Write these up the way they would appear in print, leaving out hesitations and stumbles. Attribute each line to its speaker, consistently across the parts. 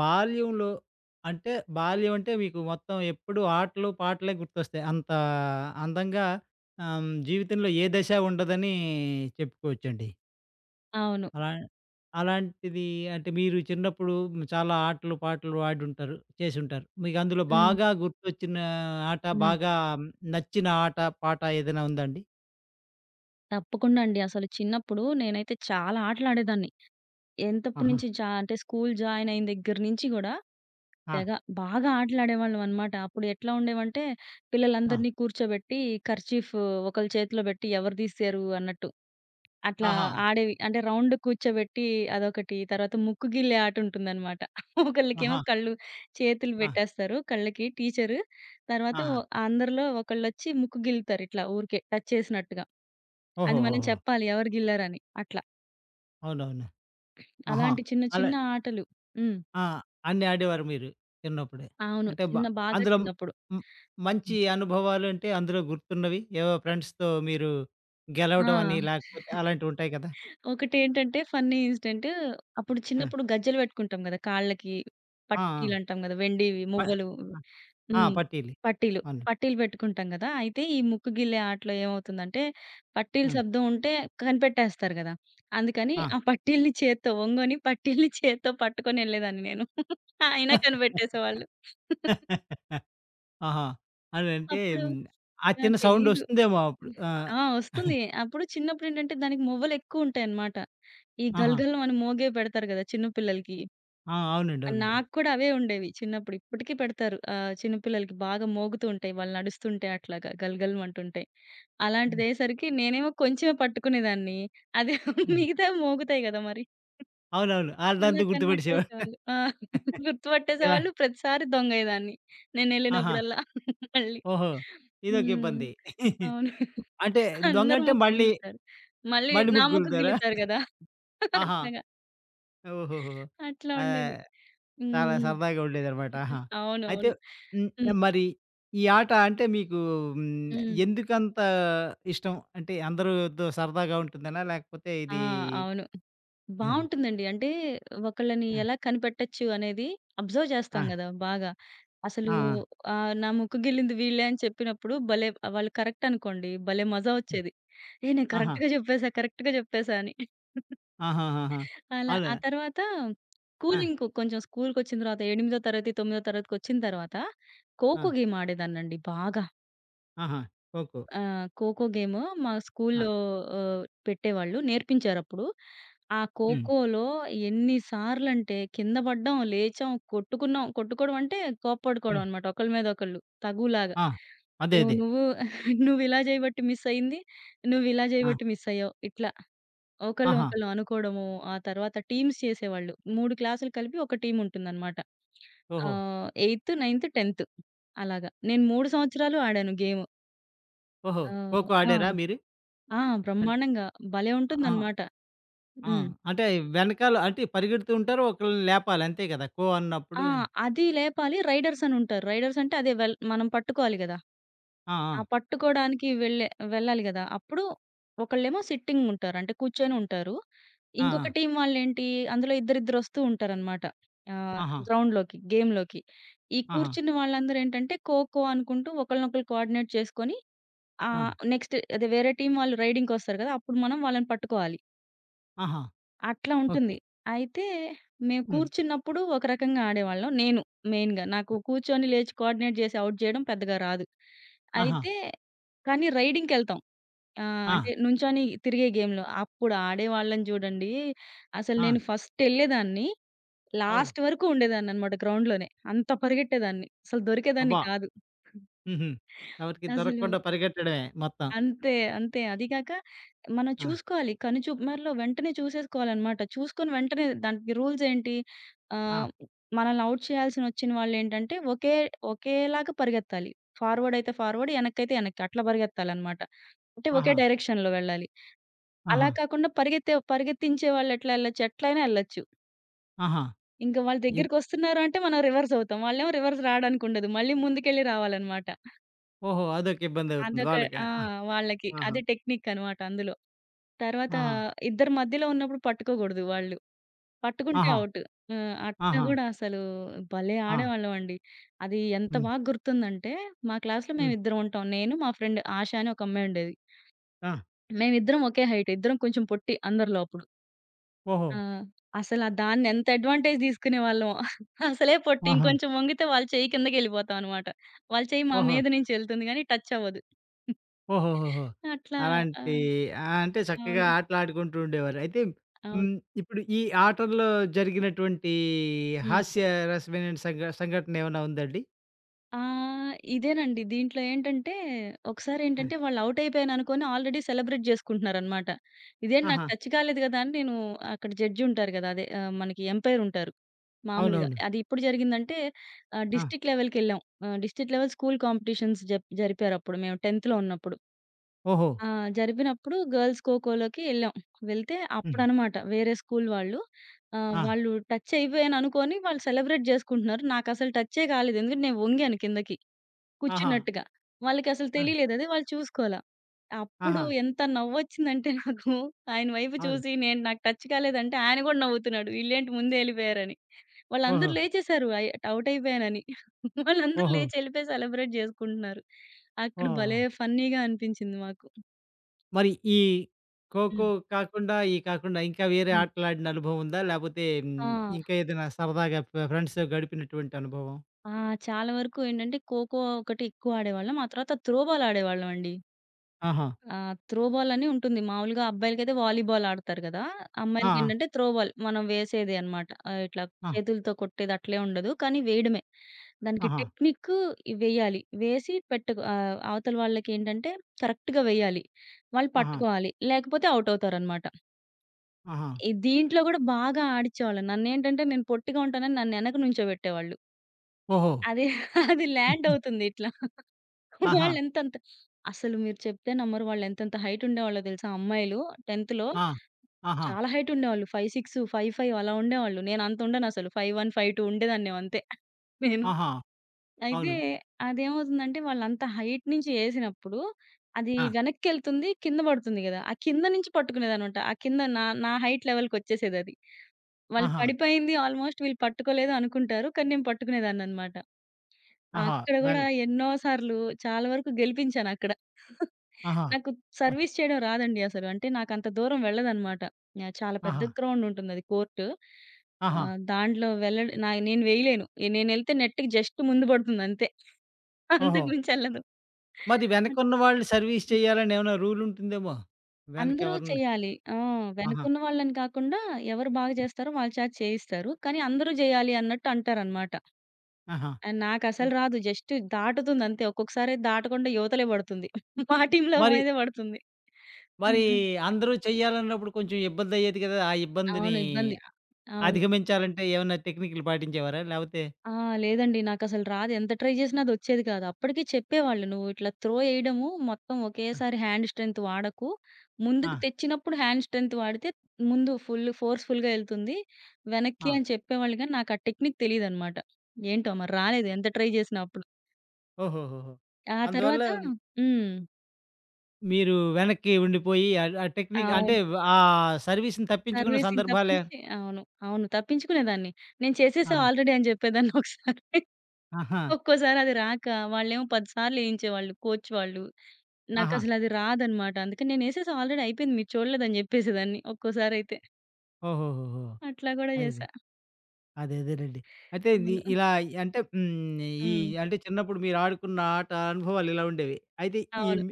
Speaker 1: బాల్యంలో అంటే బాల్యం అంటే మీకు మొత్తం ఎప్పుడు ఆటలు, పాటలే గుర్తొస్తాయి. అంత అందంగా జీవితంలో ఏ దశ ఉండదని చెప్పుకోవచ్చండి.
Speaker 2: అవును.
Speaker 1: అలా అలాంటిది అంటే మీరు చిన్నప్పుడు చాలా ఆటలు, పాటలు ఆడుంటారు, చేసుంటారు. మీకు అందులో
Speaker 2: హ్మ్.
Speaker 1: బాగా గుర్తొచ్చిన ఆట,
Speaker 2: హ్మ్.
Speaker 1: బాగా నచ్చిన ఆట, పాట ఏదైనా ఉందా అండి?
Speaker 2: తప్పకుండా అండి. అసలు చిన్నప్పుడు నేనైతే చాలా ఆటలాడేదాన్ని. ఎంతప్పటి
Speaker 1: ఆహా!
Speaker 2: నుంచి జా అంటే స్కూల్ జాయిన్ అయిన దగ్గర నుంచి గూడా
Speaker 1: ఆ!
Speaker 2: తెగ బాగా ఆటలాడేవాళ్ళమనమాట. అప్పుడు ఎట్లా ఉండేవంటే,
Speaker 1: ఆ!
Speaker 2: పిల్లలందరినీ కూర్చోబెట్టి కర్చీఫ్ ఒకళ్ళ చేతిలో బెట్టి ఎవరు తీశారు అన్నట్టు అట్లా
Speaker 1: ఆహా!
Speaker 2: ఆడేవి. అంటే రౌండ్ కూర్చోబెట్టి, అదొకటి. తర్వాత ముక్కు గిల్లే ఆటుంటుందనమాట. ఒకళ్ళకేమో
Speaker 1: ఆహా!
Speaker 2: కళ్ళు చేతులు
Speaker 1: ఆ!
Speaker 2: పెట్టేస్తారు కళ్ళకి టీచరు. తర్వాత
Speaker 1: ఆహా!
Speaker 2: అందరిలో ఒకళ్ళొచ్చి ముక్కు గిల్లుతారు ఇట్లా ఊరికే టచ్ చేసినట్టుగా. అది
Speaker 1: ఓహో!
Speaker 2: మనం
Speaker 1: ఓహో!
Speaker 2: చెప్పాలి ఎవరు గిల్లారని అట్లా.
Speaker 1: అవునవును. ఆహా!
Speaker 2: అలాంటి చిన్న
Speaker 1: అలా
Speaker 2: చిన్న ఆటలు. హ్మ్.
Speaker 1: ఆ! అన్నీ ఆడేవారు మీరు చిన్నప్పుడే.
Speaker 2: అవును.
Speaker 1: అంటే బ
Speaker 2: బాగా
Speaker 1: అందులో
Speaker 2: చిన్నప్పుడు.
Speaker 1: హ్మ్, మంచి
Speaker 2: హ్మ్.
Speaker 1: అనుభవాలంటే అందులో గుర్తున్నవి ఏవో ఫ్రెండ్స్‌తో మీరు
Speaker 2: ఆ!
Speaker 1: గెలవడం అని లేకపోతే అలాంటివుంటాయి కదా!
Speaker 2: ఒకటేంటంటే, ఫన్నీ ఇన్సిడెంట్ అప్పుడు
Speaker 1: ఆ!
Speaker 2: చిన్నప్పుడు గజ్జెలు పెట్టుకుంటాం గదా! కాళ్ళకి
Speaker 1: ఆ!
Speaker 2: పట్టీలంటాం గదా! వెండివి
Speaker 1: ఆ!
Speaker 2: మువ్వలు.
Speaker 1: ప ఆ!
Speaker 2: హ్మ్.
Speaker 1: పట్టీలు.
Speaker 2: పట్టీలు.
Speaker 1: అవును.
Speaker 2: పట్టీలు పెట్టుకుంటాం గదా! అయితే ఈ ముక్కు గిల్లే ఆటలో ఏమవుతుందంటే, పట్టీలు
Speaker 1: హ్మ్.
Speaker 2: శబ్దం ఉంటే కనిపెట్టేస్తారు గదా! అందుకని
Speaker 1: ఆ!
Speaker 2: ఆ పట్టీలని చేత్తో ఒంగోని పట్టీలని చేత్తో పట్టుకొనెళ్ళేదాన్ని నేను. అయినా కనిపెట్టేసేవాళ్ళు.
Speaker 1: ఆహా! అదంటే
Speaker 2: అప్పుడు
Speaker 1: హ్మ్, ఆ
Speaker 2: ఆ!
Speaker 1: చిన్న
Speaker 2: తెలీదు.
Speaker 1: సౌండొస్తుందేమో అప్పుడు. ఆ!
Speaker 2: ఆ! వస్తుంది. అప్పుడు చిన్నప్పుడేంటంటే దానికి మొవ్వలెక్కువుంటాయన్నమాట. ఈ
Speaker 1: ఆహా!
Speaker 2: గలగలమని మోగే పెడతారు గదా! చిన్న పిల్లలకి.
Speaker 1: ఆ! అవునండి. అవునండి.
Speaker 2: నాకు కూడా అవే ఉండేవి చిన్నప్పుడు. ఇప్పటికి పెడతారు. చిన్న పిల్లలకి బాగా మోగుతూ ఉంటాయి. వాళ్ళు నడుస్తుంటే అట్లాగా గలగలమంటుంటాయి.
Speaker 1: హ్మ్.
Speaker 2: అలాంటిదయ్యేసరికి నేనేమో కొంచెమే పట్టుకునేదాన్ని. అదే
Speaker 1: హ్మ్.
Speaker 2: మిగతావి మోగుతాయి గదా! మరి.
Speaker 1: అవునవును.
Speaker 2: అలా
Speaker 1: ఆళ్ళందరూ గుర్తుపట్టేసేవారు.
Speaker 2: కనిపెట్టేసేవాళ్ళు. ఆ!
Speaker 1: ఇలా
Speaker 2: గుర్తుపట్టేసేవాళ్ళు. ప్రతిసారి దొంగయ్యేదాన్ని.
Speaker 1: ఆహా!
Speaker 2: నేనెళ్ళినప్పుడల్లా మళ్ళీ.
Speaker 1: ఓహో! ఇదొక
Speaker 2: హ్మ్.
Speaker 1: ఇబ్బంది.
Speaker 2: అవును.
Speaker 1: అంటే
Speaker 2: అందరి
Speaker 1: దొంగంటే
Speaker 2: ముక్కు
Speaker 1: మళ్ళీ,
Speaker 2: గిలుతారు. మళ్ళీ
Speaker 1: మళ్ళీ
Speaker 2: నా ముక్కు
Speaker 1: ముగ్గులుతారా?
Speaker 2: గిలుతారు గదా!
Speaker 1: ఆహా!
Speaker 2: అట్లాగా.
Speaker 1: ఓహోహో!
Speaker 2: అట్లా ఉండేది.
Speaker 1: ఆహ్, చాలా
Speaker 2: హ్మ్.
Speaker 1: సరదాగా ఉండేదనమాట.
Speaker 2: హ్మ్.
Speaker 1: ఆహా! అయితే
Speaker 2: అవునవును.
Speaker 1: హ్మ్.
Speaker 2: హ్మ్.
Speaker 1: మరి ఈ ఆట అంటే మీకు హ్మ్.
Speaker 2: హ్మ్.
Speaker 1: ఎందుకంత ఇష్టం? అంటే అందరూతో సరదాగా ఉంటుందనా? లేకపోతే
Speaker 2: ఆ!
Speaker 1: ఇది
Speaker 2: అవును. బావుంటుందండి. అంటే ఒకళ్ళని
Speaker 1: ఆ!
Speaker 2: ఎలా కనిపెట్టొచ్చు అనేది అబ్జర్వ్
Speaker 1: ఆ!
Speaker 2: చేస్తాం గదా! బాగా. అసలు
Speaker 1: ఆ!
Speaker 2: నా ముక్కు గిల్లింది వీళ్ళే అని చెప్పినప్పుడు, భలే వాళ్ళు కరెక్ట్ అనుకోండి, భలే మజా వచ్చేది. "ఏయ్! నేను
Speaker 1: ఆహా!
Speaker 2: కరెక్ట్‌గా జెప్పేసా, కరెక్ట్‌గా జెప్పేసా" అని.
Speaker 1: ఆహాహాహా!
Speaker 2: అలా
Speaker 1: అదే.
Speaker 2: ఆ తర్వాత
Speaker 1: ఆ!
Speaker 2: స్కూలింగ్ కొంచెం స్కూలుకొచ్చిన తర్వాత, 8దో తరగతి, 9దో తరగతికొచ్చిన తర్వాత
Speaker 1: ఆ!
Speaker 2: ఖోఖో గేమ్ ఆడేదాన్నండి బాగా.
Speaker 1: ఆహా! ఖోఖో.
Speaker 2: ఆ! 'ఖోఖో' గేము మా
Speaker 1: ఆ!
Speaker 2: స్కూల్లో పెట్టేవాళ్ళు. నేర్పించారప్పుడు. ఆ
Speaker 1: హ్మ్.
Speaker 2: 'ఖోఖో'లో ఎన్ని సార్లంటే కింద పడ్డాం, లేచాం, కొట్టుకున్నాం. కొట్టుకోవడం అంటే కోప్పడుకోవడం
Speaker 1: హ్మ్.
Speaker 2: అనమాట. ఒకళ్ళ మీద ఒకళ్ళు తగువులాగా.
Speaker 1: ఆ! అదే.
Speaker 2: నువ్వు
Speaker 1: అదే.
Speaker 2: నువ్వు నువ్విలా చేయబట్టి మిస్సయింది. నువ్విలా
Speaker 1: ఆ!
Speaker 2: చేయబట్టి మిస్సయ్యావు. ఇట్లా ఒకళ్ళని
Speaker 1: ఆహా!
Speaker 2: ఒకళ్ళం అనుకోవడము. ఆ తర్వాత టీమ్స్ చేసేవాళ్ళు. 3 క్లాసులు కలిపి ఒక టీమ్ ఉంటుందన్నమాట.
Speaker 1: ఓహో!
Speaker 2: ఎయిత్, నైన్త్, 10థ్ అలాగా. నేను 3 సంవత్సరాలు ఆడాను గేము.
Speaker 1: ఓహో!
Speaker 2: ఆహ్.
Speaker 1: ఖోఖో
Speaker 2: ఆ!
Speaker 1: ఆడారా మీరు?
Speaker 2: ఆ!
Speaker 1: అన్
Speaker 2: బ్రహ్మాండంగా. భలే
Speaker 1: ఆ!
Speaker 2: ఉంటుందనమాట.
Speaker 1: ఆ!
Speaker 2: హ్మ్.
Speaker 1: అంటే వెనకాల అంటే పరిగెడుతూ ఉంటారు. ఒకళ్ళని లేపాలి అంతే కదా! ఖో
Speaker 2: ఆ!
Speaker 1: అన్నప్పుడు.
Speaker 2: అది లేపాలి. రైడర్స్ అని ఉంటారు. రైడర్స్ అంటే అదే వెల్ మనం పట్టుకోవాలి గదా!
Speaker 1: ఆ!
Speaker 2: ఆ పట్టుకోడానికి వెళ్ళాలి గదా! అప్పుడు ఒకళ్ళేమో సిట్టింగ్ ఉంటారు. అంటే కూర్చొని ఉంటారు.
Speaker 1: ఆ! ఆ!
Speaker 2: ఇంకొక టీం వాళ్ళేంటి అందులో ఇద్దరిద్దరు వస్తూ ఉంటారనమాట. ఆహ్,
Speaker 1: ఆ! ఆహా!
Speaker 2: గ్రౌండ్‌లోకి, గేమ్‌లోకి. ఈ
Speaker 1: ఆహా!
Speaker 2: కూర్చున్న వాళ్ళందరూ ఏంటంటే ఖో, ఖో అనుకుంటూ ఒకళ్ళనొకళ్ళు కోఆర్డినేట్ చేసుకొని,
Speaker 1: ఆ!
Speaker 2: నెక్స్ట్ అదే వేరే టీం వాళ్ళు రైడింగ్‌కొస్తారు గదా! అప్పుడు మనం వాళ్ళని పట్టుకోవాలి.
Speaker 1: ఆహా!
Speaker 2: అట్లా
Speaker 1: ఓకే.
Speaker 2: ఉంటుంది. అయితే మేము
Speaker 1: హ్మ్.
Speaker 2: కూర్చున్నప్పుడు ఒక రకంగా ఆడేవాళ్ళం. నేను మెయిన్‌గా. నాకు కూర్చొని, లేచి కోఆర్డినేట్ చేసి ఔట్ జేయడం పెద్దగా రాదు.
Speaker 1: ఆహా!
Speaker 2: అయితే కానీ రైడింగ్‌కెళ్తాం. ఆహ్,
Speaker 1: ఆ!
Speaker 2: అంటే నుంచొని తిరిగే గేమ్‌లో. అప్పుడు ఆడేవాళ్ళని చూడండి, అసలు
Speaker 1: ఆ!
Speaker 2: నేను ఫస్టెళ్ళేదాన్ని.
Speaker 1: అవును.
Speaker 2: లాస్ట్ వరకు ఉండేదాన్ననమాట గ్రౌండ్‌లోనే. అంత పరిగెట్టేదాన్ని. అసలు దొరికేదాన్ని
Speaker 1: అబ్బా!
Speaker 2: కాదు.
Speaker 1: హుహు. ఎవరికీ
Speaker 2: అసలు
Speaker 1: దొరకకుండా పరిగెట్టడమే మొత్తం.
Speaker 2: అంతే. అంతే. అది కాక మనం
Speaker 1: ఆ!
Speaker 2: చూసుకోవాలి. కనుచూపుమరిలో వెంటనే చూసేసుకోవాలనమాట. చూసుకొని వెంటనే దానికి రూల్స్ ఏంటి?
Speaker 1: ఆ!
Speaker 2: ఆహ్, మనల్ని ఔట్ చేయాల్సినొచ్చిన వాళ్ళేంటంటే, ఒకేలాగా పరిగెత్తాలి. ఫార్వర్డ్ అయితే ఫార్వర్డ్, ఎనక్కైతే ఎనక్కి అట్లా పరిగెత్తాలనమాట. అంటే ఒకే
Speaker 1: ఆహా!
Speaker 2: డైరెక్షన్‌లో వెళ్ళాలి. అలా
Speaker 1: ఆహా!
Speaker 2: కాకుండా పరిగెత్తించే వాళ్ళెట్లా ఎళ్ళొచ్చు? ఎట్లైనా ఎళ్ళొచ్చు.
Speaker 1: ఆహా!
Speaker 2: ఇంక వాళ్ళ
Speaker 1: ఎట్
Speaker 2: దగ్గరికొస్తున్నారు అంటే మనం రివర్స్ అవుతాం. వాళ్ళేమో రివర్స్ రాడానికుండదు. మళ్ళీ ముందుకెళ్ళి రావాలనమాట.
Speaker 1: ఓహో! అదొక ఇబ్బందవుతుంది
Speaker 2: అదొక
Speaker 1: వాళ్ళకి.
Speaker 2: ఆ!
Speaker 1: ఆ!
Speaker 2: వాళ్ళకి
Speaker 1: ఆహా!
Speaker 2: అది టెక్నిక్ అనమాట అందులో. తర్వాత
Speaker 1: ఆహా!
Speaker 2: ఇద్దరి మధ్యలో ఉన్నప్పుడు పట్టుకోగూడదు వాళ్ళు. పట్టుకుంటే
Speaker 1: ఆహా!
Speaker 2: ఔట్. హ్మ్. అట్లా
Speaker 1: ఆహా!
Speaker 2: గూడా అసలు భలే
Speaker 1: ఆ!
Speaker 2: ఆడేవాళ్ళమండి. అది ఎంత
Speaker 1: హ్మ్.
Speaker 2: బాగా గుర్తుందంటే, మా క్లాస్‌లో
Speaker 1: హ్మ్.
Speaker 2: మేమిద్దరం ఉంటాం. నేను, మా ఫ్రెండ్ ఆష అని ఒక అమ్మాయుండేది.
Speaker 1: ఆ!
Speaker 2: మేమిద్దరం ఒకే హైట్. ఇద్దరం కొంచెం పొట్టి అందరిలో అప్పుడు.
Speaker 1: ఓహో!
Speaker 2: ఆ! అసల దాన్ని ఎంత అడ్వాంటేజ్ తీసుకునేవాళ్ళమో. అసలే పొట్టి
Speaker 1: ఆహా!
Speaker 2: ఇంకొంచెం వంగితే వాళ్ళ చెయ్యి కిందకెళ్ళిపోతాం అనమాట. వాళ్ళ చెయ్యి మా
Speaker 1: ఓహో!
Speaker 2: మీద నుంచి ఎళ్తుంది గానీ టచ్ అవ్వదు.
Speaker 1: ఓహోహోహో!
Speaker 2: అట్లా. ఆ!
Speaker 1: అలాంటి ఆ! అంటే చక్కగా
Speaker 2: అవును.
Speaker 1: ఆటలాడుకుంటూ ఉండేవారు. అయితే
Speaker 2: అవును.
Speaker 1: హ్మ్. ఇప్పుడు ఈ ఆటల్లో జరిగినటువంటి
Speaker 2: హ్మ్.
Speaker 1: హాస్యరసమైన సంఘటన ఏమైనా ఉందండి?
Speaker 2: ఆహ్, ఇదేనండి. దీంట్లో ఏంటంటే,
Speaker 1: ఆ!
Speaker 2: ఒకసారేంటంటే వాళ్ళు ఔట్ అయిపోయాననుకోని ఆల్రెడీ సెలబ్రేట్ జేసుకుంటున్నారనమాట. ఇదేంటి నాకు
Speaker 1: ఆహా!
Speaker 2: టచ్ కాలేదు గదా! అని నేను, అక్కడ జడ్జ్ ఉంటారు గదా! అదే ఆహ్, మనకి ఎంపైర్ ఉంటారు మామూలుగా.
Speaker 1: అవునవును.
Speaker 2: అది ఎప్పుడు జరిగిందంటే ఆహ్,
Speaker 1: ఆ!
Speaker 2: డిస్ట్రిక్ట్ లెవెల్‌కెళ్ళాం. ఆహ్, డిస్ట్రిక్ట్ లెవెల్ స్కూల్ కాంపిటీషన్స్ జరిపారప్పుడు మేము 10థ్‌లో ఉన్నప్పుడు.
Speaker 1: ఓహో!
Speaker 2: ఆ! జరిపినప్పుడు గర్ల్స్ ఖోఖోలోకి ఎళ్ళాం. వెళ్తే
Speaker 1: హ్మ్.
Speaker 2: అప్పుడనమాట వేరే స్కూల్ వాళ్ళు ఆహ్,
Speaker 1: ఆ!
Speaker 2: వాళ్ళు టచ్ అయిపోయాననుకోని వాళ్ళు సెలబ్రేట్ జేసుకుంటున్నారు. నాకసలు టచ్చే కాలేదు. ఎందుకంటే నేను ఒంగాను కిందకి.
Speaker 1: ఆహా!
Speaker 2: కూర్చున్నట్టుగా. వాళ్ళకసలు
Speaker 1: ఆ!
Speaker 2: తెలియలేదది. వాళ్ళు చూసుకోలా. అప్పుడు
Speaker 1: ఆహా!
Speaker 2: ఎంత నవ్వొచ్చిందంటే నాకు, ఆయన వైపు
Speaker 1: అవును.
Speaker 2: చూసి నేను నాకు టచ్ కాలేదంటే ఆయన గూడా నవ్వుతున్నాడు. వీళ్ళేంటి ముందే ఎళ్ళిపోయారని. వాళ్ళందరూ
Speaker 1: ఓహో!
Speaker 2: లేచేశారు. ఔట్ అయిపోయానని. వాళ్ళందరూ
Speaker 1: ఓహో!
Speaker 2: లేచి ఎళ్ళిపోయి సెలబ్రేట్ జేసుకుంటున్నారు. అక్కడ భలే
Speaker 1: ఓహో!
Speaker 2: ఫన్నీగా అనిపించింది మాకు.
Speaker 1: మరి ఈ ఖోఖో
Speaker 2: హ్మ్.
Speaker 1: కాకుండా, ఈ కాకుండా ఇంకా వేరే
Speaker 2: హ్మ్.
Speaker 1: ఆటలాడిన అనుభవం ఉందా? లేపోతే హ్మ్,
Speaker 2: ఆ!
Speaker 1: ఇంకా ఏదైనా సరదాగా ఫ్రెండ్స్‌తో గడిపినటువంటి అనుభవం?
Speaker 2: ఆ! చాలా వరకు ఏంటంటే ఖోఖో ఒకటి ఎక్కువ ఆడేవాళ్ళం. ఆ తర్వాత త్రో బాల్ ఆడేవాళ్ళమండి.
Speaker 1: ఆహా!
Speaker 2: ఆ! త్రో బాల్ అని ఉంటుంది. మామూలుగా అబ్బాయిలకైతే వాలీబాల్ ఆడతారు గదా!
Speaker 1: ఆ!
Speaker 2: అమ్మాయిలకేంటంటే త్రో బాల్ మనం వేసేది అన్నమాట. ఆహ్, ఇట్లా
Speaker 1: ఆ!
Speaker 2: చేతులతో కొట్టేది అట్లే ఉండదు. కానీ వేయడమే. దానికి
Speaker 1: ఆహా!
Speaker 2: టెక్నిక్ వేయాలి. వేసి పెట్టకు ఆహ్, అవతల వాళ్ళకేంటంటే కరెక్ట్‌గా వేయాలి. వాళ్ళు
Speaker 1: ఆహా!
Speaker 2: పట్టుకోవాలి. లేకపోతే ఔట్ అవుతారన్నమాట.
Speaker 1: ఆహా!
Speaker 2: ఈ దీంట్లో గూడా బాగా ఆడిచ్చేవాళ్ళు. నన్నేంటంటే నేను పొట్టిగా ఉంటానని నన్ను ఎనక నుంచోబెట్టేవాళ్ళు.
Speaker 1: ఓహో!
Speaker 2: అది అది ల్యాండ్ అవుతుంది ఇట్లా.
Speaker 1: ఆహా!
Speaker 2: వాళ్ళెంతంత, అసలు మీరు చెప్తే నమ్మరు వాళ్ళెంతంత హైట్ ఉండేవాళ్ళో తెలుసా అమ్మాయిలు 10థ్,
Speaker 1: ఆ! ఆహా!
Speaker 2: చాలా హైట్ ఉండేవాళ్ళు. 5, 6, 5, 5 అలా ఉండేవాళ్ళు. నేను అంత ఉండనసలు, 5, 1, 5, 2 ఉండేదాన్ని అంతే. నేను
Speaker 1: ఆహా!
Speaker 2: అయితే
Speaker 1: అవును.
Speaker 2: అదేమవుతుందంటే వాళ్ళంత హైట్ నుంచి ఏసినప్పుడు అది
Speaker 1: ఆ!
Speaker 2: వెనక్కెళ్తుంది, కింద పడుతుంది గదా! ఆ కింద నుంచి పట్టుకునేదనమాట. ఆ కింద నా నా హైట్ లెవెల్‌కొచ్చేసేదది. వాళ్ళు
Speaker 1: ఆహా!
Speaker 2: పడిపోయింది ఆల్‌మోస్ట్, వీళ్ళు పట్టుకోలేదు అనుకుంటారు. కానీ నేను పట్టుకునేదాన్ననమాట.
Speaker 1: ఆహా!
Speaker 2: అక్కడ గూడా
Speaker 1: వెనక్
Speaker 2: ఎన్నో సార్లు చాలా వరకు గెలిపించానక్కడ.
Speaker 1: ఆహా!
Speaker 2: నాకు
Speaker 1: ఆహ్,
Speaker 2: సర్వీస్ చేయడం రాదండి అసలు. అంటే నాకంత దూరం వెళ్ళదనమాట. యాహ్! చాలా పెద్ద
Speaker 1: ఆహా!
Speaker 2: గ్రౌండ్ ఉంటుందది కోర్టు.
Speaker 1: ఆహా!
Speaker 2: ఆహ్, దాంట్లో వెళ్ళ నా వేయలేను. నేనెళ్తే నెట్‌కి జస్ట్ ముందు పడుతుంది అంతే. అంతకు
Speaker 1: ఓహో!
Speaker 2: మించి ఎళ్ళదు.
Speaker 1: మరి వెనకున్న వాళ్ళు సర్వీస్ చేయాలని ఏమైనా రూల్ ఉంటుందేమో! వెనక
Speaker 2: అందరూ
Speaker 1: ఎవరిని
Speaker 2: చేయాలి. ఆ!
Speaker 1: ఆహా!
Speaker 2: వెనకున్న వాళ్ళని కాకుండా ఎవరు బాగా చేస్తారో వాళ్ళ చేత చేయిస్తారు. కానీ అందరూ జేయాలి అన్నట్టు అంటారనమాట.
Speaker 1: ఆహా!
Speaker 2: ఆ! నాకసలు
Speaker 1: హ్మ్.
Speaker 2: రాదు. జస్ట్ దాటుతుందంతే. ఒక్కొక్కసారి దాటకుండా యువతలే పడుతుంది. మా టీమ్‌లో
Speaker 1: మరి
Speaker 2: అమ్మాయిదే పడుతుంది.
Speaker 1: మరి
Speaker 2: హుహు.
Speaker 1: అందరూ చేయాలన్నప్పుడు కొంచెం ఇబ్బందయ్యేది కదా! ఆ ఇబ్బందిని
Speaker 2: అవును. ఇబ్బంది. అవును.
Speaker 1: అధిగమించాలంటే ఏమైనా టెక్నిక్‌లు పాటించేవారా? లేపోతే
Speaker 2: ఆ! లేదండి. నాకసలు రాదు. ఎంత ట్రై చేసినా అదొచ్చేది కాదు. అప్పటికి చెప్పేవాళ్ళు, "నువ్వు ఇట్లా త్రో ఎయడము మొత్తం
Speaker 1: ఆ!
Speaker 2: ఒకేసారి హ్యాండ్ స్ట్రెంత్ వాడకు.
Speaker 1: ఆ!
Speaker 2: ముందుకు తెచ్చినప్పుడు హ్యాండ్ స్ట్రెంత్ వాడితే ముందు ఫుల్ ఫోర్స్‌ఫుల్‌గా ఎళ్తుంది. వెనక్కి"
Speaker 1: ఆ!
Speaker 2: అని చెప్పేవాళ్ళు గానీ, నాకు ఆ టెక్నిక్ తెలీదనమాట. ఏంటో మరి రాలేదు ఎంత ట్రై చేసినా అప్పుడు.
Speaker 1: ఓహోహోహో!
Speaker 2: ఆ
Speaker 1: అందువల్ల
Speaker 2: తర్వాత హ్మ్.
Speaker 1: మీరు వెనక్కి ఉండిపోయి ఆ ఆ టెక్నిక్ అంటే
Speaker 2: అవును.
Speaker 1: ఆ సర్వీస్‌ని తప్పించుకున్న
Speaker 2: సర్వీసింగ్
Speaker 1: సందర్భాలే
Speaker 2: తప్పించి, అవును. అవును. తప్పించుకునేదాన్ని. నేను చేసేసా
Speaker 1: ఆహా!
Speaker 2: ఆల్రెడీ అని జెప్పేదాన్ని ఒకసారి.
Speaker 1: ఆహా!
Speaker 2: ఒక్కోసారి అది రాక, వాళ్ళేమో 10 సార్లు ఎయించేవాళ్ళు కోచ్ వాళ్ళు.
Speaker 1: ఆహా!
Speaker 2: నాకసలది రాదనమాట. అందుకని నేనేసేసా ఆల్రెడీ అయిపోయింది మీరు చూడలేదని జెప్పేసేదాన్ని ఒక్కోసారయితే.
Speaker 1: ఓహోహోహో!
Speaker 2: అట్లా గూడా
Speaker 1: అది.
Speaker 2: జేసా.
Speaker 1: అదేనండి. అయితే ఇది
Speaker 2: అవును.
Speaker 1: ఇలా అంటే హ్మ్.
Speaker 2: ఆ!
Speaker 1: ఈ అంటే చిన్నప్పుడు మీరు ఆడుకున్న ఆట అనుభవాలు ఇలా ఉండేవి. అయితే ఈ
Speaker 2: అవును.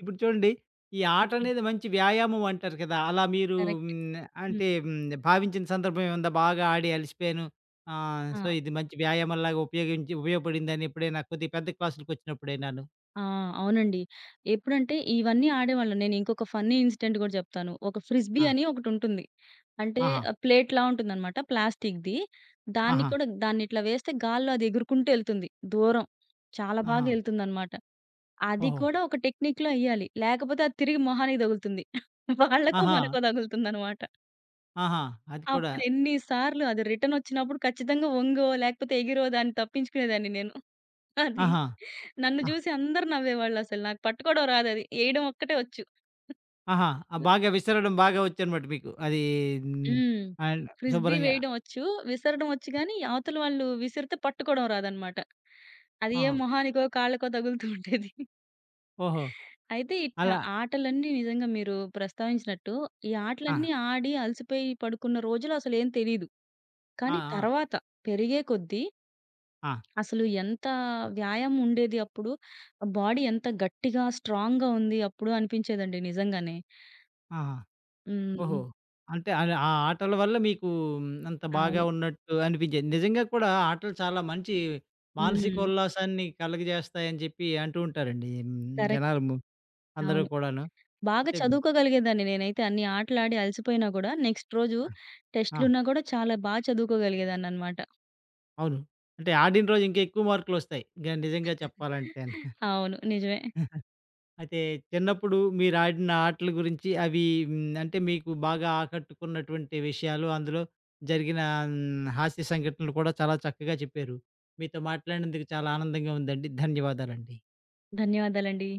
Speaker 1: ఇప్పుడు చూడండి ఈ ఆట
Speaker 2: హ్మ్.
Speaker 1: అనేది మంచి వ్యాయామం అంటారు కదా! అలా మీరు
Speaker 2: కరెక్ట్.
Speaker 1: హ్మ్.
Speaker 2: హ్మ్.
Speaker 1: అంటే హ్మ్. భావించిన సందర్భం ఏముందా? బాగా ఆడి అలిసిపోయాను. ఆహ్,
Speaker 2: ఆ!
Speaker 1: సో ఇది మంచి వ్యాయామంలాగా ఉపయోగించి ఉపయోగపడిందని ఎప్పుడైనా కొద్దిగా పెద్ద క్లాసులకొచ్చినప్పుడేనాను?
Speaker 2: ఆ! అవునండి. ఎప్పుడంటే ఇవన్నీ ఆడేవాళ్ళం. నేను ఇంకొక ఫన్నీ ఇన్సిడెంట్ గూడా జెప్తాను. ఒక ఫ్రిస్బీ
Speaker 1: ఆ!
Speaker 2: అని ఒకటుంటుంది. అంటే
Speaker 1: ఆహా!
Speaker 2: ఆహ్, ప్లేట్‌లా ఉంటుందనమాట ప్లాస్టిక్‌ది.
Speaker 1: ఆహా!
Speaker 2: దాన్ని ఇట్లా వేస్తే గాల్లో అది ఎగురుకుంటూ ఎళ్తుంది. దూరం చాలా
Speaker 1: ఆహా!
Speaker 2: బాగా ఎళ్తుందనమాట. అది
Speaker 1: ఓహో!
Speaker 2: కూడా ఒక టెక్నిక్‌లో ఎయ్యాలి. లేకపోతే అది తిరిగి మొహానికి తగులుతుంది. వాళ్ళకో
Speaker 1: ఆహా!
Speaker 2: మనకో తగులుతుందనమాట.
Speaker 1: ఆహా! అది కూడా.
Speaker 2: అప్పుడు ఎన్ని సార్లు అది రిటర్న్ ఒచ్చినప్పుడు ఖచ్చితంగా ఒంగో లేకపోతే ఎగిరో దాన్ని తప్పించుకునేదాన్ని నేను. అది.
Speaker 1: ఆహా!
Speaker 2: నన్ను
Speaker 1: ఆహ్,
Speaker 2: జూసి అందరూ నవ్వేవాళ్ళసలు. నాకు పట్టుకోవడం రాదది. ఏయడం ఒక్కటే వచ్చు.
Speaker 1: ఆహా! ఆ! బాగా విసరడం బాగా వచ్చనమాట మీకు. అది హ్మ్,
Speaker 2: హ్మ్.
Speaker 1: అండ్
Speaker 2: ఫ్రిస్బీ
Speaker 1: శుభ్రంగా
Speaker 2: వేయడం వచ్చు. విసరడం వచ్చు గానీ, అవతల వాళ్ళు విసిరితే పట్టుకోవడం రాదనమాట. అది ఏ
Speaker 1: ఆహా!
Speaker 2: మొహానికో, కాళ్ళకో తగులుతూ ఉండేది.
Speaker 1: ఓహో!
Speaker 2: అయితే ఇట్లా
Speaker 1: అలా
Speaker 2: ఆటలన్నీ నిజంగా మీరు ప్రస్తావించినట్టు, ఈ
Speaker 1: ఆ!
Speaker 2: ఆటలన్నీ ఆడి అలసిపోయి పడుకున్న రోజులు అసలేం తెలీదు.
Speaker 1: ఆ!
Speaker 2: కానీ
Speaker 1: ఆ!
Speaker 2: తర్వాత పెరిగే కొద్దీ
Speaker 1: ఆ!
Speaker 2: అసలు ఎంత వ్యాయామం ఉండేది అప్పుడు, బాడీ ఎంత గట్టిగా, స్ట్రాంగ్‌గా ఉంది అప్పుడు అనిపించేదండి నిజంగానే.
Speaker 1: ఆహా!
Speaker 2: హ్మ్.
Speaker 1: ఓహో! అంటే అది ఆ ఆటల వల్ల మీకు అంత బాగా
Speaker 2: అవును.
Speaker 1: ఉన్నట్టు అనిపించేది. నిజంగా కూడా ఆటలు చాలా మంచి
Speaker 2: హ్మ్.
Speaker 1: మానసికోల్లాసాన్ని కలుగజేస్తాయని చెప్పి అంటూ ఉంటారండి. హ్మ్,
Speaker 2: కరెక్ట్.
Speaker 1: జనాలు ము అందరూ
Speaker 2: అవును.
Speaker 1: కూడాను.
Speaker 2: బాగా
Speaker 1: అయితే
Speaker 2: చదువుకోగలిగేదాన్ని నేనైతే అన్ని ఆటలాడి అలసిపోయినా గూడా నెక్స్ట్ రోజు
Speaker 1: ఆ! ఆ!
Speaker 2: టెస్ట్‌లున్నా గూడా చాలా చదువుకోగలిగేదాన్ననమాట.
Speaker 1: అవును. అంటే ఆడిన రోజు ఇంకా ఎక్కువ మార్కులొస్తాయి. నిజంగా చెప్పాలంటేను.
Speaker 2: అవును. నిజమే.
Speaker 1: అయితే చిన్నప్పుడు మీరాడిన ఆటల గురించి అవి హ్మ్, అంటే మీకు బాగా ఆకట్టుకున్నటువంటి విషయాలు, అందులో జరిగిన హ్మ్, హాస్య సంఘటనలు కూడా చాలా చక్కగా చెప్పారు. మీతో మాట్లాడినందుకు చాలా ఆనందంగా ఉందండి. ధన్యవాదాలండి.
Speaker 2: ధన్యవాదాలండి.